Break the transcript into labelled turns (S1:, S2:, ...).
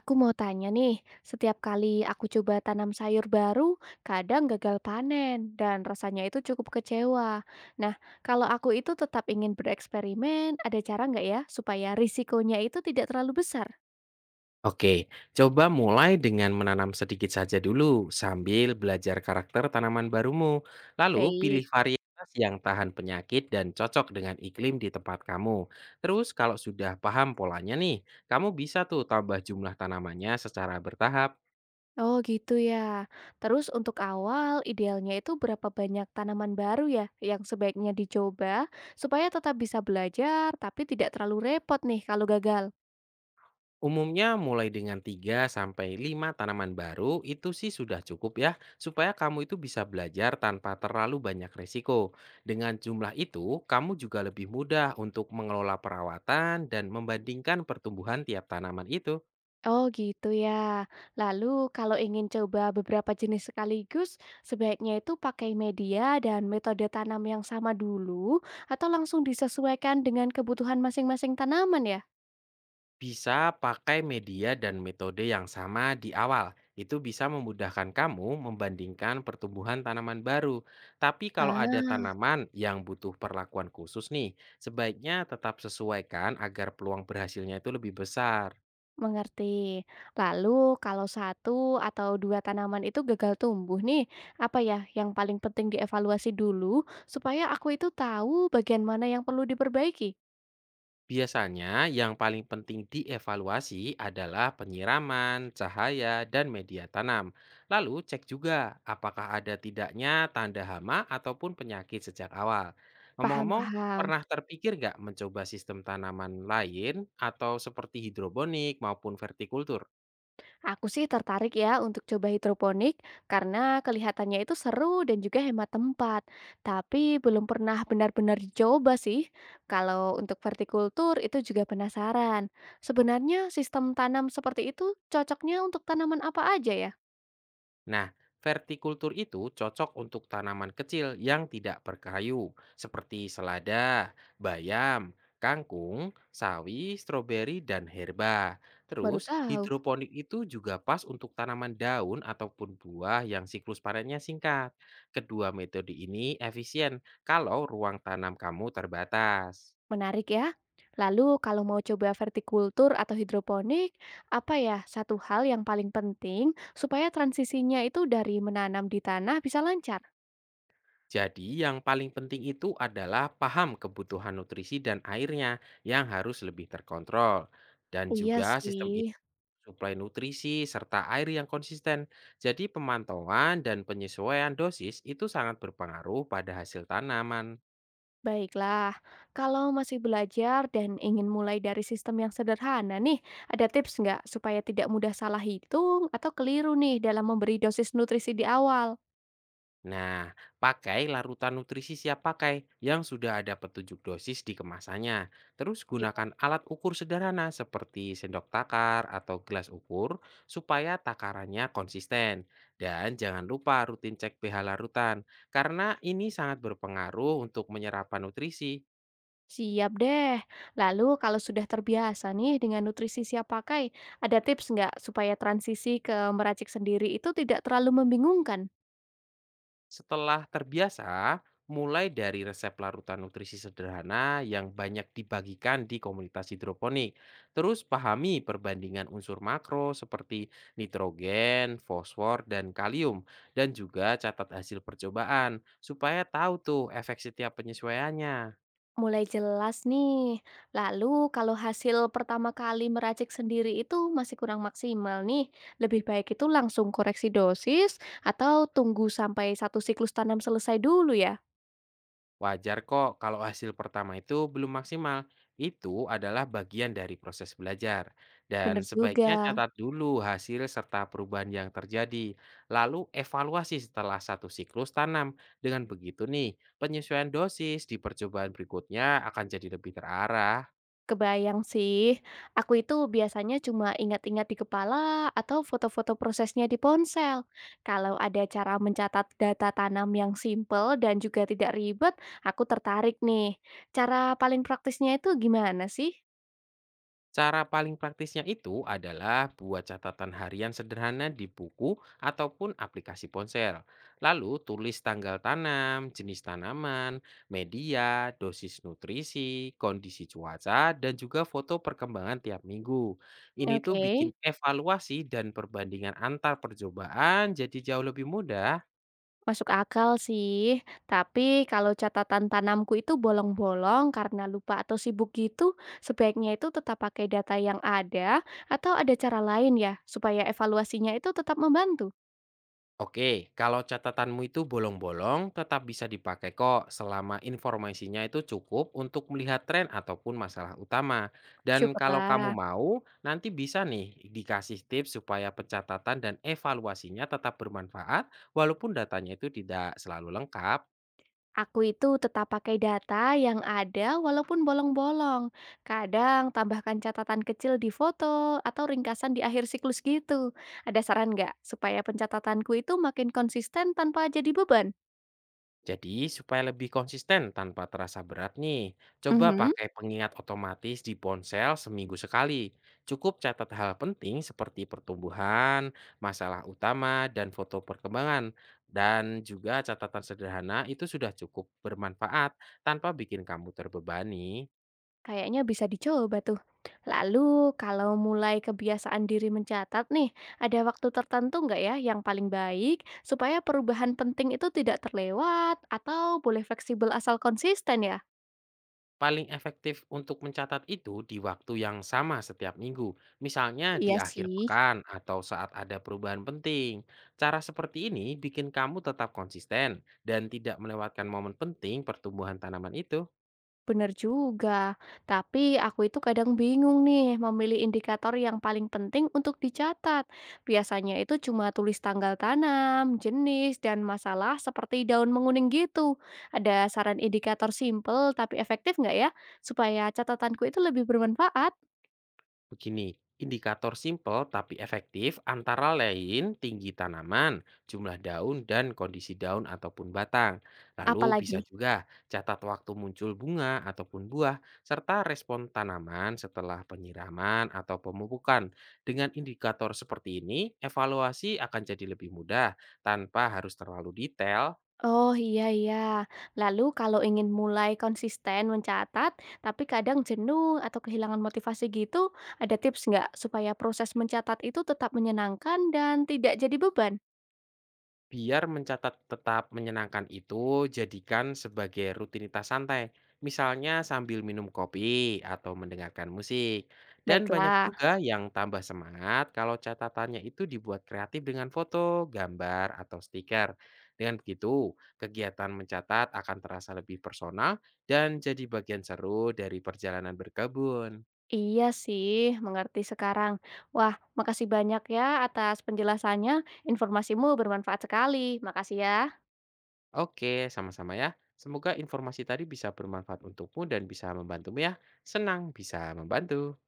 S1: Aku mau tanya nih, setiap kali aku coba tanam sayur baru, kadang gagal panen dan rasanya itu cukup kecewa. Nah, kalau aku itu tetap ingin bereksperimen, ada cara nggak ya supaya risikonya itu tidak terlalu besar?
S2: Oke, coba mulai dengan menanam sedikit saja dulu sambil belajar karakter tanaman barumu. Lalu pilih
S1: Baik.
S2: varietas yang tahan penyakit dan cocok dengan iklim di tempat kamu. Terus kalau sudah paham polanya nih, kamu bisa tuh tambah jumlah tanamannya secara bertahap.
S1: Oh gitu ya. Terus untuk awal, idealnya itu berapa banyak tanaman baru ya yang sebaiknya dicoba supaya tetap bisa belajar tapi tidak terlalu repot nih kalau gagal.
S2: Umumnya mulai dengan 3 sampai 5 tanaman baru itu sih sudah cukup ya supaya kamu itu bisa belajar tanpa terlalu banyak resiko. Dengan jumlah itu, kamu juga lebih mudah untuk mengelola perawatan dan membandingkan pertumbuhan tiap tanaman itu.
S1: Oh gitu ya. Lalu kalau ingin coba beberapa jenis sekaligus, sebaiknya itu pakai media dan metode tanam yang sama dulu atau langsung disesuaikan dengan kebutuhan masing-masing tanaman ya?
S2: Bisa pakai media dan metode yang sama di awal. Itu bisa memudahkan kamu membandingkan pertumbuhan tanaman baru. Tapi kalau ada
S1: Ah,
S2: tanaman yang butuh perlakuan khusus nih, sebaiknya tetap sesuaikan agar peluang berhasilnya itu lebih besar.
S1: mengerti. Lalu kalau satu atau dua tanaman itu gagal tumbuh nih, apa ya yang paling penting dievaluasi dulu supaya aku itu tahu bagian mana yang perlu diperbaiki?
S2: Biasanya yang paling penting dievaluasi adalah penyiraman, cahaya, dan media tanam. Lalu cek juga apakah ada tidaknya tanda hama ataupun penyakit sejak awal. Ngomong-ngomong,
S1: Paham-paham.
S2: pernah terpikir nggak mencoba sistem tanaman lain atau seperti hidroponik maupun vertikultur?
S1: Aku sih tertarik ya untuk coba hidroponik karena kelihatannya itu seru dan juga hemat tempat. Tapi belum pernah benar-benar dicoba sih. Kalau untuk vertikultur itu juga penasaran. Sebenarnya sistem tanam seperti itu cocoknya untuk tanaman apa aja ya?
S2: Nah, vertikultur itu cocok untuk tanaman kecil yang tidak berkayu, seperti selada, bayam, kangkung, sawi, stroberi, dan herba.
S1: Baru
S2: Terus,
S1: tahu.
S2: hidroponik itu juga pas untuk tanaman daun ataupun buah yang siklus panennya singkat. Kedua metode ini efisien kalau ruang tanam kamu terbatas.
S1: Menarik ya. Lalu kalau mau coba vertikultur atau hidroponik, apa ya satu hal yang paling penting supaya transisinya itu dari menanam di tanah bisa lancar?
S2: Jadi yang paling penting itu adalah paham kebutuhan nutrisi dan airnya yang harus lebih terkontrol. Dan
S1: Iya
S2: juga sistem
S1: sih.
S2: ini suplai nutrisi serta air yang konsisten. Jadi pemantauan dan penyesuaian dosis itu sangat berpengaruh pada hasil tanaman.
S1: Baiklah, kalau masih belajar dan ingin mulai dari sistem yang sederhana nih, ada tips nggak supaya tidak mudah salah hitung atau keliru nih dalam memberi dosis nutrisi di awal?
S2: Nah, pakai larutan nutrisi siap pakai yang sudah ada petunjuk dosis di kemasannya. Terus gunakan
S1: Iya.
S2: alat ukur sederhana seperti sendok takar atau gelas ukur supaya takarannya konsisten. Dan jangan lupa rutin cek pH larutan karena ini sangat berpengaruh untuk menyerapan nutrisi.
S1: Siap deh. Lalu kalau sudah terbiasa nih dengan nutrisi siap pakai, ada tips nggak supaya transisi ke meracik sendiri itu tidak terlalu membingungkan?
S2: Setelah terbiasa, mulai dari resep larutan nutrisi sederhana yang banyak dibagikan di komunitas hidroponik. Terus pahami perbandingan unsur makro seperti nitrogen, fosfor, dan kalium. Dan juga catat hasil percobaan supaya tahu tuh efek setiap penyesuaiannya.
S1: Mulai jelas nih. Lalu kalau hasil pertama kali meracik sendiri itu masih kurang maksimal nih, lebih baik itu langsung koreksi dosis atau tunggu sampai satu siklus tanam selesai dulu ya?
S2: Wajar kok kalau hasil pertama itu belum maksimal. Itu adalah bagian dari proses belajar.
S1: Bener
S2: Dan sebaiknya
S1: juga.
S2: catat dulu hasil serta perubahan yang terjadi. Lalu evaluasi setelah satu siklus tanam. Dengan begitu nih, penyesuaian dosis di percobaan berikutnya akan jadi lebih terarah.
S1: Kebayang sih. Aku itu biasanya cuma ingat-ingat di kepala atau foto-foto prosesnya di ponsel. Kalau ada cara mencatat data tanam yang simple dan juga tidak ribet, aku tertarik nih. Cara paling praktisnya itu gimana sih?
S2: Cara paling praktisnya itu adalah buat catatan harian sederhana di buku ataupun aplikasi ponsel. Lalu tulis tanggal tanam, jenis tanaman, media, dosis nutrisi, kondisi cuaca, dan juga foto perkembangan tiap minggu. Ini tuh
S1: Oke.
S2: bikin evaluasi dan perbandingan antar percobaan jadi jauh lebih mudah.
S1: Masuk akal sih, tapi kalau catatan tanamku itu bolong-bolong karena lupa atau sibuk gitu, sebaiknya itu tetap pakai data yang ada atau ada cara lain ya, supaya evaluasinya itu tetap membantu.
S2: Oke, kalau catatanmu itu bolong-bolong, tetap bisa dipakai kok selama informasinya itu cukup untuk melihat tren ataupun masalah utama. Dan kalau kamu
S1: Syukurlah,
S2: mau, nanti bisa nih dikasih tips supaya pencatatan dan evaluasinya tetap bermanfaat, walaupun datanya itu tidak selalu lengkap.
S1: aku itu tetap pakai data yang ada walaupun bolong-bolong. Kadang tambahkan catatan kecil di foto atau ringkasan di akhir siklus gitu. Ada saran nggak supaya pencatatanku itu makin konsisten tanpa jadi beban?
S2: Jadi, supaya lebih konsisten tanpa terasa berat nih, coba
S1: Mhm.
S2: pakai pengingat otomatis di ponsel seminggu sekali. Cukup catat hal penting seperti pertumbuhan, masalah utama, dan foto perkembangan. Dan juga catatan sederhana itu sudah cukup bermanfaat tanpa bikin kamu terbebani.
S1: Kayaknya bisa dicoba tuh. Lalu, kalau mulai kebiasaan diri mencatat nih, ada waktu tertentu nggak ya yang paling baik supaya perubahan penting itu tidak terlewat atau boleh fleksibel asal konsisten ya?
S2: Paling efektif untuk mencatat itu di waktu yang sama setiap minggu, misalnya
S1: Iya
S2: di akhir
S1: sih.
S2: pekan atau saat ada perubahan penting. Cara seperti ini bikin kamu tetap konsisten dan tidak melewatkan momen penting pertumbuhan tanaman itu.
S1: Bener juga, tapi aku itu kadang bingung nih memilih indikator yang paling penting untuk dicatat. Biasanya itu cuma tulis tanggal tanam, jenis, dan masalah seperti daun menguning gitu. Ada saran indikator simple tapi efektif nggak ya? Supaya catatanku itu lebih bermanfaat.
S2: Begini, indikator simpel tapi efektif antara lain tinggi tanaman, jumlah daun, dan kondisi daun ataupun batang. Lalu
S1: Apalagi?
S2: bisa juga catat waktu muncul bunga ataupun buah, serta respon tanaman setelah penyiraman atau pemupukan. Dengan indikator seperti ini, evaluasi akan jadi lebih mudah tanpa harus terlalu detail.
S1: Oh, iya iya. Lalu kalau ingin mulai konsisten mencatat, tapi kadang jenuh atau kehilangan motivasi gitu, ada tips nggak supaya proses mencatat itu tetap menyenangkan dan tidak jadi beban?
S2: Biar mencatat tetap menyenangkan itu, jadikan sebagai rutinitas santai, misalnya sambil minum kopi atau mendengarkan musik. Dan banyak
S1: Baiklah,
S2: juga yang tambah semangat kalau catatannya itu dibuat kreatif dengan foto, gambar, atau stiker. Dengan begitu, kegiatan mencatat akan terasa lebih personal dan jadi bagian seru dari perjalanan berkebun.
S1: iya sih, mengerti sekarang. Wah, makasih banyak ya atas penjelasannya. Informasimu bermanfaat sekali. Makasih ya.
S2: Oke, sama-sama ya. Semoga informasi tadi bisa bermanfaat untukmu dan bisa membantumu ya. Senang bisa membantu.